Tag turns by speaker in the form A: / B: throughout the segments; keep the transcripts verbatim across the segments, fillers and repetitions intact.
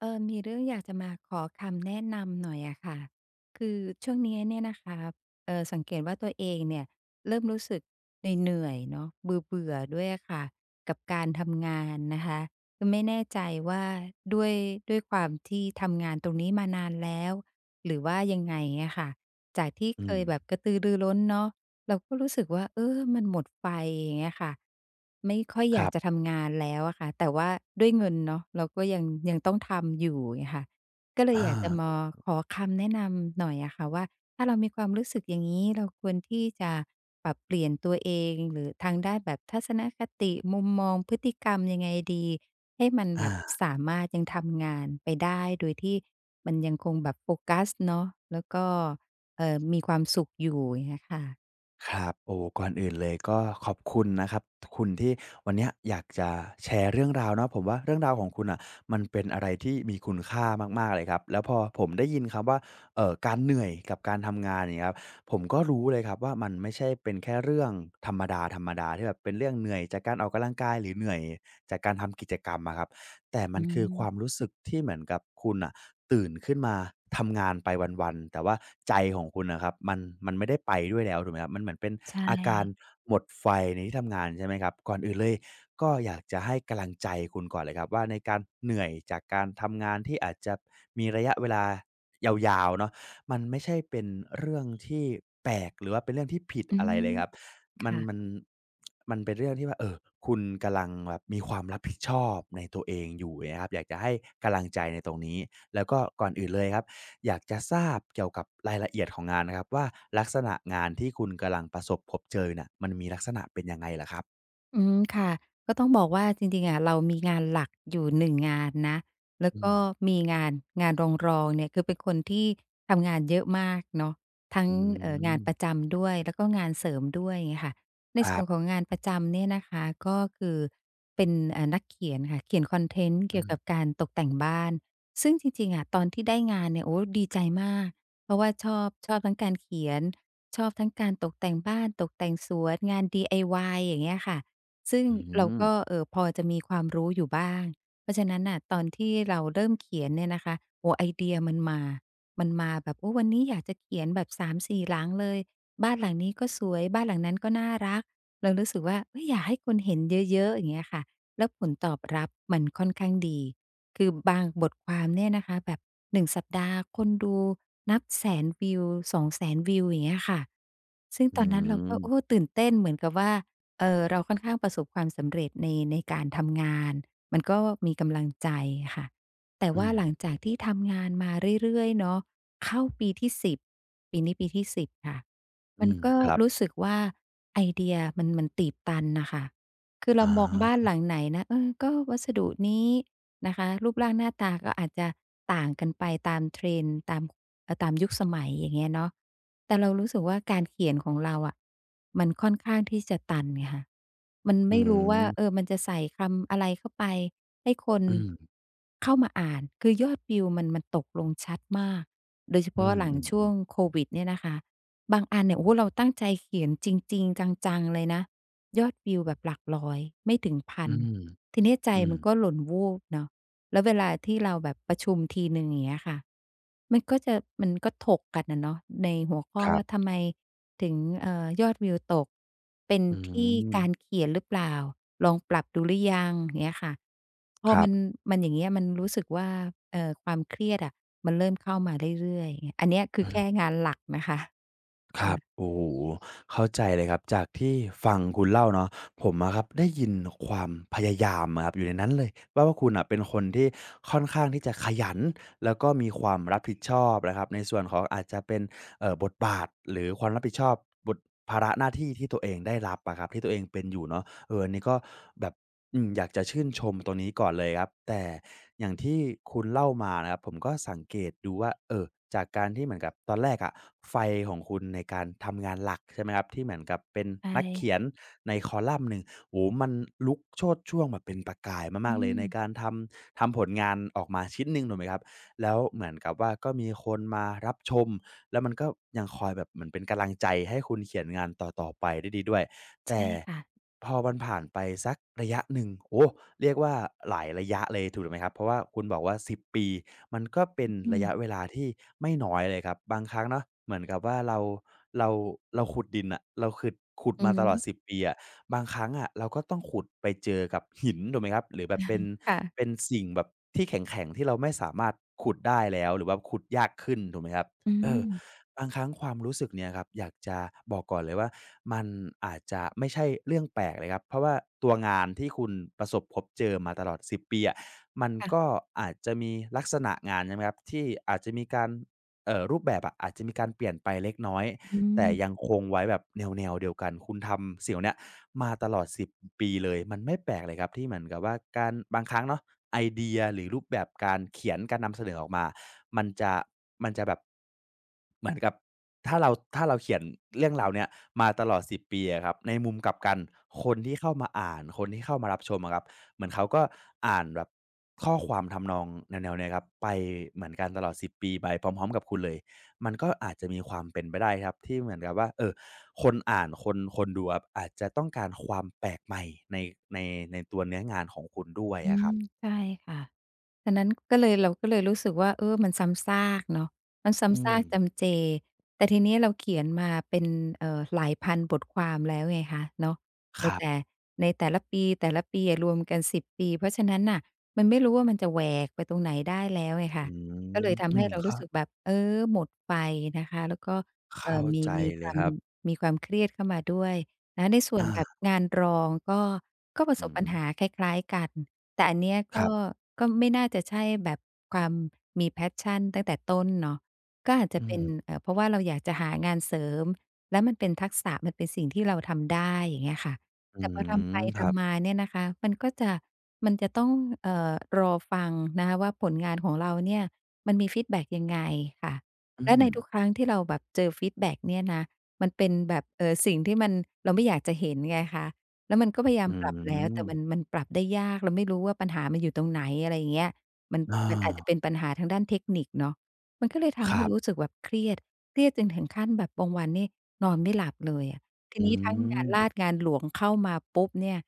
A: เออมีเรื่องอยากจะมาขอคำแนะนำหน่อยอะค่ะ คือช่วงนี้เนี่ยนะคะเอ่อสังเกตว่าตัวเองเนี่ยเริ่มรู้สึกเหนื่อยๆเนาะเบื่อๆด้วยอะค่ะกับการทำงานนะคะคือไม่แน่ใจว่าด้วยด้วยความที่ทำงานตรงนี้มานานแล้ว หรือว่ายังไงอะค่ะ จากที่
B: อื
A: เค
B: ม
A: ยแบบกระตือรือร้นเนาะ เราก็รู้สึกว่าเออมันหมดไฟอย่างเงี้ยค่ะไม่ค่อย
B: ค
A: อยา
B: รั
A: กจะ
B: บ
A: ทำงานแล้วอะค่ะแต่ว่าด้วยเงินเนาะเราก็ยังยังต้องทำอยู่เงี้ยค่ะก็เลย
B: อา
A: อยากจะมาขอคำแนะนำหน่อยอะค่ะว่าถ้าเรามีความรู้สึกอย่างงี้เราควรที่จะปรับเปลี่ยนตัวเองหรือทางด้านแบบทัศนคติมุมมองพฤติกรรมยังไงดีให้มันแบ
B: อา
A: บสามารถยังทำงานไปได้โดยที่มันยังคงแบบโฟกัสเนาะแล้วก็เอ่อมีความสุขอยู่อย่างเงี้ยค่ะ
B: ครับโอ้ก่อนอื่นเลยก็ขอบคุณนะครับคุณที่วันเนี้ยอยากจะแชร์เรื่องราวเนาะผมว่าเรื่องราวของคุณน่ะมันเป็นอะไรที่มีคุณค่ามากๆเลยครับแล้วพอผมได้ยินคำว่าเอ่อการเหนื่อยกับการทำงานอย่างเงี้ยครับผมก็รู้เลยครับว่ามันไม่ใช่เป็นแค่เรื่องธรรมดาๆที่แบบเป็นเรื่องเหนื่อยจากการออกกำลังกายหรือเหนื่อยจากการทำกิจกรรมอะครับ แต่มัน
A: อื
B: คือค
A: ม
B: วามรู้สึกที่เหมือนกับคุณอะตื่นขึ้นมาทำงานไปวันๆแต่ว่าใจของคุณน่ะครับมันมันไม่ได้ไปด้วยแล้วถูกไหมครับมันเหมือนเป็น
A: ใช
B: อาการ
A: ่
B: หมดไฟในที่ทำงานใช่ไหมครับก่อนอื่นเลยก็อยากจะให้กำลังใจคุณก่อนเลยครับว่าในการเหนื่อยจากการทำงานที่อาจจะมีระยะเวลายาวๆเนาะมันไม่ใช่เป็นเรื่องที่แปลกหรือว่าเป็นเรื่องที่ผิด
A: อื
B: อะไรเล
A: ม
B: ยครับ มันมัน
A: ค่ะ
B: มันเป็นเรื่องที่ว่าเออคุณกำลังแบบมีความรับผิดชอบในตัวเองอยู่อย่างเงี้ยครับอยากจะให้กำลังใจในตรงนี้แล้วก็ก่อนอื่นเลยครับอยากจะทราบเกี่ยวกับรายละเอียดของงานนะครับว่าลักษณะงานที่คุณกำลังประสบพบเจอเนี่ยมันมีลักษณะเป็นยังไงเหรอครับ
A: อืมค่ะก็ต้องบอกว่าจริงๆอะเรามีงานหลักอยู่หนึ่งงงานนะแล้ว
B: อืม
A: ก็มีงานงานรองๆเนี่ยคือเป็นคนที่ทำงานเยอะมากเนาะทั้ง
B: อื
A: เอ่องานประ
B: ม
A: จำด้วยแล้วก็งานเสริมด้วยอย่างเงี้ยค่ะใน
B: ค
A: ส่
B: รั
A: วนของ
B: บ
A: งานประจำเนี่ยนะคะก็คือเป็นเอ่อนักเขียนค่ะเขียนคอนเทนต์
B: อื
A: เกี่ยวกั
B: ม
A: บการตกแต่งบ้านซึ่งจริงๆอะตอนที่ได้งานเนี่ยโอ้ดีใจมากเพราะว่าชอบชอบทั้งการเขียนชอบทั้งการตกแต่งบ้านตกแต่งสวนงาน ดี ไอ วาย อย่างเงี้ยค่ะ ซึ่ง
B: อื
A: เรา
B: ม
A: ก็เอ่อพอจะมีความรู้อยู่บ้าง เพราะฉะนั้นน่ะตอนที่เราเริ่มเขียนเนี่ยนะคะโอ้ไอเดียมันมา มันมาแบบโอ้วันนี้อยากจะเขียนแบบสามถึงสี่หลังเลยบ้านหลังนี้ก็สวยบ้านหลังนั้นก็น่ารักเรารู้สึกว่าเฮ้ยอยากให้คนเห็นเยอะๆอย่างเงี้ยค่ะแล้วผลตอบรับมันค่อนข้างดีคือบางบทความเนี่ยนะคะแบบหนึ่งสัปดาห์คนดูนับหนึ่ง ศูนย์ ศูนย์วิวสองแสนวิวอย่างเงี้ยค่ะซึ่ง
B: อื
A: ตอนนั้นเราก็
B: ม
A: โอ้ตื่นเต้นเหมือนกับว่า เออเราค่อนข้างประสบความสำเร็จในในการทำงานมันก็มีกำลังใจค่ะแต่
B: อื
A: ว่า
B: ม
A: หลังจากที่ทำงานมาเรื่อยๆเนาะเข้าปีที่สิบปีนี้ปีที่สิบค่ะมั
B: อื
A: น
B: ม
A: ก็
B: ครับ
A: รู้สึกว่าไอเดียมันมันตีบตันนะคะ คือ
B: อ
A: เรามองบ้าน
B: า
A: หลังไหนนะเออก็วัสดุนี้นะคะรูปร่างหน้าตาก็อาจจะต่างกันไปตามเทรน n ์ตามเอ่อตามยุคสมัยอย่างเงี้ยเนาะแต่เรารู้สึกว่าการเขียนของเราอะมันค่อนข้างที่จะตันไงคะมัน
B: อื
A: ไม่รู้ว่าเอ
B: ม
A: อมันจะใส่คำอะไรเข้าไปให้คน
B: อืม
A: เข้ามาอ่านคือยอดวิวมันมันตกลงชัดมากโดยเฉ
B: อื
A: พาะหลังช่ว
B: ม
A: งโควิดเนี่ยนะคะบางอันเนี่ยโอ้โฮเราตั้งใจเขียนจริงๆจังๆเลยนะ ยอดวิวแบบหลักร้อยไม่ถึง
B: ๆอื
A: หนึ่งพัน
B: ม
A: ทีนี้ใจ
B: อืม
A: มันก็หล่นวูบเนาะแล้วเวลาที่เราแบบประชุมทีหนึ่งอย่างเงี้ยค่ะมันก็จะมันก็ถกกันอะเนาะในหัวข้อ
B: ครั
A: ว่า
B: บ
A: ทำไมถึงเอ่อยอดวิวตกเป็น
B: อื
A: ที่
B: ม
A: การเขียนหรือเปล่าลองปรับดูหรือยังอย่างเงี้ยค่ะพอ
B: ครั
A: มัน
B: บ
A: มันอย่างเงี้ยมันรู้สึกว่าเอ่อความเครียดอะมันเริ่มเข้ามาเรื่อยๆอย่างเงี้ยอันเนี้ยคือแค่งานหลักนะคะ
B: ค
A: อื
B: รับ
A: อ
B: โอ้โหเข้าใจเลยครับจากที่ฟังคุณเล่าเนาะผมอะครับได้ยินความพยายามอะครับอยู่ในนั้นเลยว่าว่าคุณน่ะเป็นคนที่ค่อนข้างที่จะขยันแล้วก็มีความรับผิดชอบนะครับในส่วนของอาจจะเป็นเอ่อบทบาทหรือความรับผิดชอบบทภาระหน้าที่ที่ตัวเองได้รับอะครับที่ตัวเองเป็นอยู่เนาะเอออันนี้ก็แบบ อืมอยากจะชื่นชมตรงนี้ก่อนเลยครับแต่อย่างที่คุณเล่ามานะครับผมก็สังเกตดูว่าเออจากการที่เหมือนกับตอนแรกอะไฟของคุณในการทำงานหลักใช่ไหมครับที่เหมือนกับเป็น
A: ใช่
B: นักเขียนในคอลัมน์หนึ่งโอ้โฮมันลุกโชติช่วงแบบเป็นประกายมา
A: อื
B: กๆเลย
A: ม
B: ในการทำทำผลงานออกมาชิ้นหนึ่งถูกไหมครับแล้วเหมือนกับว่าก็มีคนมารับชมแล้วมันก็ยังคอยแบบเหมือนเป็นกำลังใจให้คุณเขียนงานต่อๆไปได้ดีด้วย แต่
A: ใช่ค่ะ
B: พอมันผ่านไปสักระยะหนึ่งโอ้เรียกว่าหลายระยะเลยถูกไหมครับเพราะว่าคุณบอกว่าสิบปีมันก็เป็น
A: อื
B: ระ
A: ม
B: ยะเวลาที่ไม่น้อยเลยครับบางครั้งเนาะเหมือนกับว่าเราเราเราขุดดินอะเราขึดขุด
A: อือ
B: มาต
A: ฮึ
B: ลอดสิบปีอะบางครั้งอะเราก็ต้องขุดไปเจอกับหินถูกไหมครับหรือแบบเป็นเป็น
A: ค่ะ
B: สิ่งแบบที่แข็งๆที่เราไม่สามารถขุดได้แล้วหรือว่าขุดยากขึ้นถูกไหมครับ
A: อื
B: เออ
A: ม
B: บางครั้งความรู้สึกเนี่ยครับอยากจะบอกก่อนเลยว่ามันอาจจะไม่ใช่เรื่องแปลกเลยครับเพราะว่าตัวงานที่คุณประสบพบเจอมาตลอดสิบปีอะมัน
A: ค่ะ
B: ก็อาจจะมีลักษณะงานใช่ไหมครับที่อาจจะมีการเอ่อรูปแบบอะอาจจะมีการเปลี่ยนไปเล็กน้อย
A: อื
B: แต่ยัง
A: ม
B: คงไว้แบบแนวๆเดียวกันคุณทำสิ่งเหล่าเนี้ย มาตลอดสิบปีเลย มันไม่แปลกเลยครับที่เหมือนกับว่าการบางครั้งเนาะไอเดียหรือรูปแบบการเขียนการนำเสนอออกมามันจะมันจะแบบเหมือนกับถ้าเราถ้าเราเขียนเรื่องราวเนี้ยมาตลอดสิบปีอะครับในมุมกลับกันคนที่เข้ามาอ่านคนที่เข้ามารับชมอะครับเหมือนเขาก็อ่านแบบข้อความทำนองแนวๆเนี้ยครับไปเหมือนกันตลอดสิบปีไปพร้อมๆกับคุณเลยมันก็อาจจะมีความเป็นไปได้ครับที่เหมือนกับว่าเอ่อ คนอ่านคนคนดูอะอาจจะต้องการความแปลกใหม่ในในในตัวเนื้องานของคุณด้วย
A: อื
B: อะค
A: ม
B: รับ
A: ใช่ค่ะฉะนั้นก็เลยเราก็เลยรู้สึกว่าเออมันซ้ำซากเนาะมัน
B: อื
A: ซ้ำซา
B: ม
A: กจำเจแต่ทีนี้เราเขียนมาเป็นเอ่อหลายพันบทความแล้วไงคะเนาะใน
B: ครั
A: แต่
B: บ
A: ในแต่ละปีแต่ละปีอะรวมกันสิบปีเพราะฉะนั้นน่ะมันไม่รู้ว่ามันจะแหวกไปตรงไหนได้แล้วไง
B: อื
A: ค่ะก็เล
B: ม
A: ยทำ
B: อื
A: ให้
B: ม
A: เรารู้
B: เข้า
A: สึกแบบเออหมดไฟนะคะแล้วก็เอ่
B: เข้า
A: อมี
B: ใจ
A: มีค
B: เลย
A: วา
B: ค
A: ม
B: รับ
A: มีความเครียดเข้ามาด้วยนะในส่วน
B: อา
A: แบบงานรองก็ก็ประส
B: อื
A: บปั
B: ม
A: ญหาคล้ายๆกัน แต่อันเนี้ย
B: ค
A: ก็
B: รับ
A: ก็ไม่น่าจะใช่แบบความมี passion ตั้งแต่ต้นเนาะก็อาจจะ
B: อื
A: เป็
B: ม
A: นเอ่อเพราะว่าเราอยากจะหางานเสริมแล้วมันเป็นทักษะมันเป็นสิ่งที่เราทำได้อย่างเงี้ยค่ะ
B: อื
A: แต่พอทำไป
B: มครั
A: ทำมา
B: บ
A: เนี่ยนะคะมันก็จะมันจะต้องเอ่อรอฟังนะคะว่าผลงานของเราเนี่ยมันมีฟีดแบ็กยังไงค่ะ
B: อื
A: และ
B: ม
A: ในทุกครั้งที่เราแบบเจอฟีดแบ็กเนี่ยนะมันเป็นแบบเอ่อสิ่งที่มันเราไม่อยากจะเห็นไงคะ แล้วมันก็พยายา
B: อื
A: มปรับแล้วแต่
B: ม
A: มันมันปรับได้ยากเราไม่รู้ว่าปัญหามันอยู่ตรงไหนอะไรอย่างเงี้ยมัน
B: อา
A: มันอาจจะเป็นปัญหาทางด้านเทคนิคเนาะมันก็เลย
B: ค
A: ทำให้
B: รั
A: รู้
B: บ
A: สึกแบบเครียดเครียดจนถึงขั้นแบบบางวันนี่นอนไม่หลับเลยอะที
B: อื
A: นี้ทั้งงานลา
B: ม
A: ดงานหลวงเข้ามาปุ๊บเนี่ย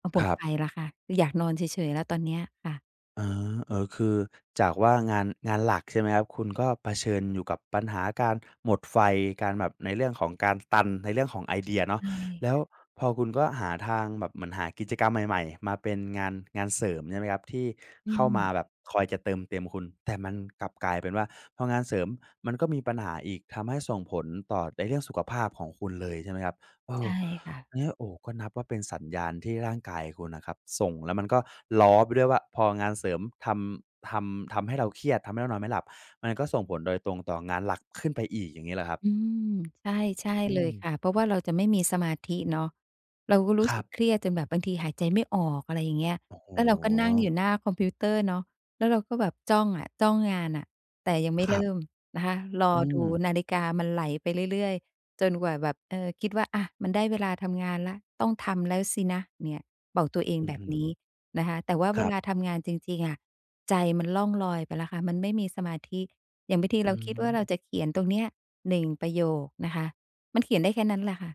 A: เอาหม
B: ค
A: ด
B: รับ
A: ไฟแล้วค่ะอยากนอนเฉยๆแล้วตอนเนี้ยค่ะ
B: อาเออคือจากว่างานงานหลักใช่ไหมครับคุณก็เผชิญอยู่กับปัญหาการหมดไฟการแบบในเรื่องของการตันในเรื่องของไอเดีย
A: ใช
B: เนาะแล้
A: ่
B: วพอคุณก็หาทางแบบเหมือนหากิจกรรมใหม่ๆมาเป็นงานงานเสริมใช่ไหมครับที่
A: อื
B: เข้ามาแบ
A: ม
B: บคอยจะเติมเต็มคุณแต่มันกลับกลายเป็นว่าพองานเสริมมันก็มีปัญหาอีกทำให้ส่งผลต่อในเรื่องสุขภาพของคุณเลยใช่ไหมครับเออ
A: ใช่ค่ะ
B: เนี่ยโอ้ก็นับว่าเป็นสัญญาณที่ร่างกายคุณนะครับส่งแล้วมันก็ล้อไปด้วยว่าพองานเสริมทำทำทำให้เราเครียดทำให้เรานอนไม่หลับมันก็ส่งผลโดยตรงต่องานหลักขึ้นไปอีกอย่างนี้เหรอครับ
A: อืมใช่ใช่
B: อื
A: เลย
B: ม
A: ค่ะเพราะว่าเราจะไม่มีสมาธิเนาะเราก็
B: ค
A: รู้สึ
B: รับ
A: กเครียดจนแบบบางทีหายใจไม่ออกอะไรอย่างเงี้ย
B: โอ้โฮ
A: แล้วเราก็นั่งอยู่หน้าคอมพิวเตอร์เนาะแล้วเราก็แบบจ้องอะจ้องงานน่ะแต่ยังไม่
B: ครั
A: เริ่ม
B: บ
A: นะคะรอ
B: อื
A: ดู
B: ม
A: นาฬิกามันไหลไปเรื่อยๆจนกว่าแบบเออคิดว่าอะมันได้เวลาทำงานแล้วต้องทำแล้วสินะเนี่ยบอกตัวเอง
B: อื้
A: แบ
B: อ
A: บ
B: ฮือ
A: นี้นะคะแต่ว่า
B: ค
A: เว
B: รั
A: ลา
B: บ
A: ทำงานจริงๆอะใจมันล่องลอยไปแล้วค่ะมันไม่มีสมาธิ อย่างบางที
B: อื
A: เราคิดว่าเราจะ
B: ม
A: เขียนตรงเนี้ยหนึ่งประโยคนะคะมันเขียนได้แค่นั้นแหละค่ะ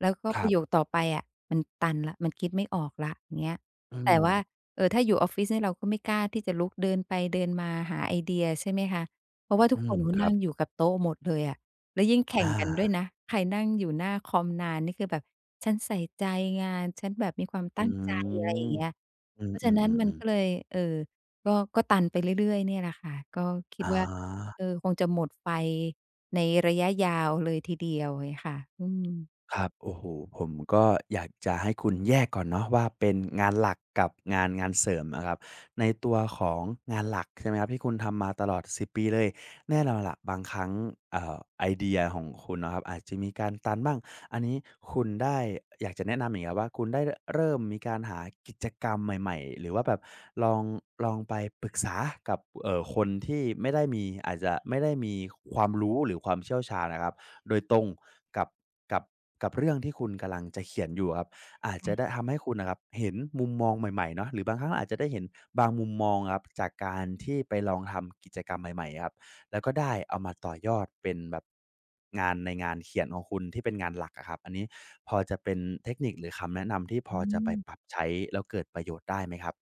A: แล้วก็
B: ค
A: ป
B: รั
A: ระโยค
B: บ
A: ต่อไปอะมันตันแล้วมันคิดไม่ออกแล้วอย่างเงี้ย
B: อื
A: แต่
B: ม
A: ว่าเอ่อถ้าอยู่ออฟฟิศเนี่ยเราก็ไม่กล้าที่จะลุกเดินไปเดินมาหาไอเดียใช่ไหมคะเพราะว่าทุ
B: อื
A: กค
B: ม
A: นก็
B: ครั
A: นั่
B: บ
A: งอยู่กับโต๊ะหมดเลยอะแล้วยิ่งแข่ง
B: อา
A: กันด้วยนะใครนั่งอยู่หน้าคอมนานนี่คือแบบฉันใส่ใจงานฉันแบบมีความ
B: อื
A: ตั้งใจอะไรอ
B: ม
A: ย่างเงี้ย
B: อื
A: เพ
B: ม
A: ราะ
B: อื
A: ฉะ
B: มอ
A: นั้น
B: ม
A: มั
B: อื
A: น
B: ม
A: ก็เลยเอ่อก็ก็ตันไปเรื่อยๆเนี่ยแหละค่ะก็คิด
B: อ่
A: ว่า เอ
B: า
A: อคงจะหมดไฟในระยะยาวเลยทีเดียว่เลยค่ะอืม
B: ครับโอ้โฮผมก็อยากจะให้คุณแยกก่อนเนาะว่าเป็นงานหลักกับงานงานเสริมอะครับในตัวของงานหลักใช่ไหมครับที่คุณทำมาตลอดสิบปีเลย แน่นอนแหะบางครั้งเอ่อไอเดียของคุณนะครับอาจจะมีการตันบ้างอันนี้คุณได้อยากจะแนะนำอย่างเงี้ยว่าคุณได้เริ่มมีการหากิจกรรมใหม่ๆหรือว่าแบบลองลองไปปรึกษากับเอ่อคนที่ไม่ได้มีอาจจะไม่ได้มีความรู้หรือความเชี่ยวชาญนะครับโดยตรงกับกับกับเรื่องที่คุณกำลังจะเขียนอยู่อครับอาจจะได้ทำให้คุณนะครับเห็นมุมมองใหม่ๆเนาะหรือบางครั้งอาจจะได้เห็นบางมุมมองครับจากการที่ไปลองทำกิจกรรมใหม่ๆครับ แล้วก็ได้เอามาต่อยอดเป็นแบบงานในงานเขียนของคุณที่เป็นงานหลักอะครับอันนี้พอจะเป็นเทคนิคหรือคำแนะนำที่พ
A: อื
B: อจะไปปรับ
A: ม
B: ใช้แล้วเกิดประโยชน์ได้ไหมครับ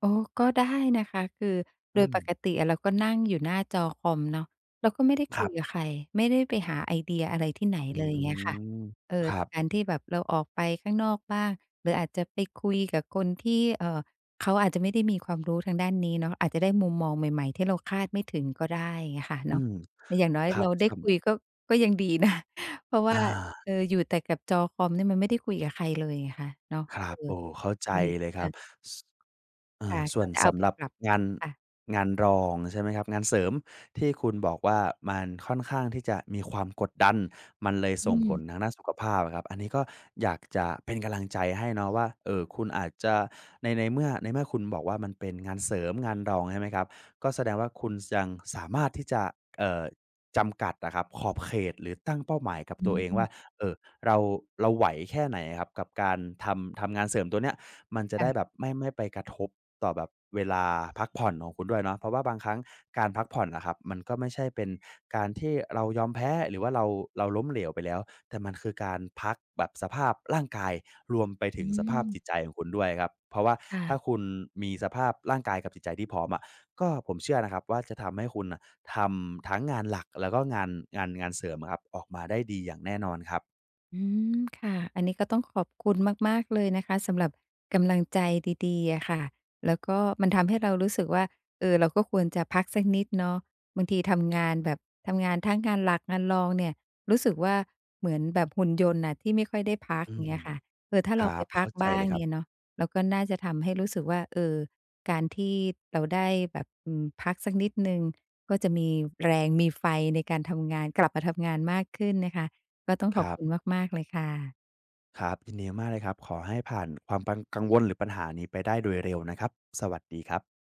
A: โอ้ก็ได้นะคะคือโด
B: อื
A: ย
B: ม
A: ปกติอะเราก็นั่งอยู่หน้าจอคอมเนาะเราก็ไม่ได้
B: ค
A: คุ
B: รั
A: ยกั
B: บ
A: บใครไม่ได้ไปหาไอเดียอะไรที่ไหน
B: อื
A: เลยอย่างเงี้ยค่ะ
B: ม
A: เอ
B: ค
A: อ
B: รั
A: แต่
B: บ
A: การที่แบบเราออกไปข้างนอกบ้างหรืออาจจะไปคุยกับคนที่เอ่อเขาอาจจะไม่ได้มีความรู้ทางด้านนี้เนาะอาจจะได้มุมมองใหม่ๆที่เราคาดไม่ถึงก็ได้อย่างเงี้ยค่ะ
B: อื
A: เนาะ
B: ม
A: แต่อย่างน้อย
B: ครับ
A: เราได้คุย
B: สำ
A: ก็ก็ยังดีนะ เพราะว่า
B: อา
A: เอออยู่แต่กับจอคอมเนี่ยมันไม่ได้คุยกับใครเลยไงคะเนาะ
B: ค
A: เอ
B: รั
A: อ
B: บโอ้เข้าใจ
A: ตรงนี้
B: เล
A: ก็
B: ยครับ
A: จะ
B: ส เออ
A: ค่ะ
B: ส่ว
A: ก็
B: น
A: จะเอา
B: สำ
A: ไป
B: หรับ
A: ปรับ
B: งาน
A: ค่ะ
B: งานรองใช่ไหมครับงานเสริมที่คุณบอกว่ามันค่อนข้างที่จะมีความกดดันมันเลย
A: อื
B: ส่งผ
A: ม
B: ลทางด้านสุขภาพอะครับอันนี้ก็อยากจะเป็นกำลังใจให้เนาะว่าเอ่อคุณอาจจะในในเมื่อในเมื่อคุณบอกว่ามันเป็นงานเสริมงานรองใช่ไหมครับก็แสดงว่าคุณยังสามารถที่จะเอ่อจำกัดอะครับขอบเขตหรือตั้งเป้าหมายกับ
A: อื
B: ตัวเองว่า
A: ม
B: เอ่อเราเราไหวแค่ไหนอะครับกับการทำทำงานเสริมตัวเนี้ย มันจะได้แบ
A: ค่ะ
B: บไม่ไม่ไปกระทบต่อแบบเวลาพักผ่อนของคุณด้วยเนาะเพราะว่าบางครั้งการพักผ่อนอะครับมันก็ไม่ใช่เป็นการที่เรายอมแพ้หรือว่าเราเราล้มเหลวไปแล้วแต่มันคือการพักแบบสภาพร่างกายรวมไป
A: อื
B: ถึงสภาพจิตใจ
A: ม
B: ของคุณด้วยครับเพราะว่า
A: ค่ะ
B: ถ้าคุณมีสภาพร่างกายกับจิตใจที่พร้อมอะก็ผมเชื่อนะครับว่าจะทำให้คุณน่ะทำทั้งงานหลักแล้วก็งานงานงานเสริมครับออกมาได้ดีอย่างแน่นอนครับ
A: อืมค่ะอันนี้ก็ต้องขอบคุณมากๆเลยนะคะสำหรับกำลังใจดีๆอะค่ะแล้วก็มันทำให้เรารู้สึกว่าเออเราก็ควรจะพักสักนิดเนาะบางทีทำงานแบบทำงานทั้งงานหลักงานรองเนี่ยรู้สึกว่าเหมือนแบบหุ่นยนต์น่ะที่ไม่ค่อยได้พัก
B: อื
A: อย่าง
B: ม
A: เงี้ยค่ะเออถ้า
B: ค
A: เรา
B: รั
A: ไป
B: บ
A: พัก
B: เข้าใจ
A: บ้า
B: เล
A: ง
B: ยครั
A: เนีย
B: บ
A: เนาะเราก็น่าจะทำให้รู้สึกว่าเออการที่เราได้แบบอืมพักสักนิดหนึ่งก็จะมีแรงมีไฟในการทำงานกลับมาทำงานมากขึ้นนะคะ ก็ต้อง
B: ค
A: ขอบ
B: รับ
A: คุณมากๆเลยค่ะ
B: ครับยินดีมากเลยครับขอให้ผ่านความกังวลหรือปัญหานี้ไปได้โดยเร็วนะครับสวัสดีครับ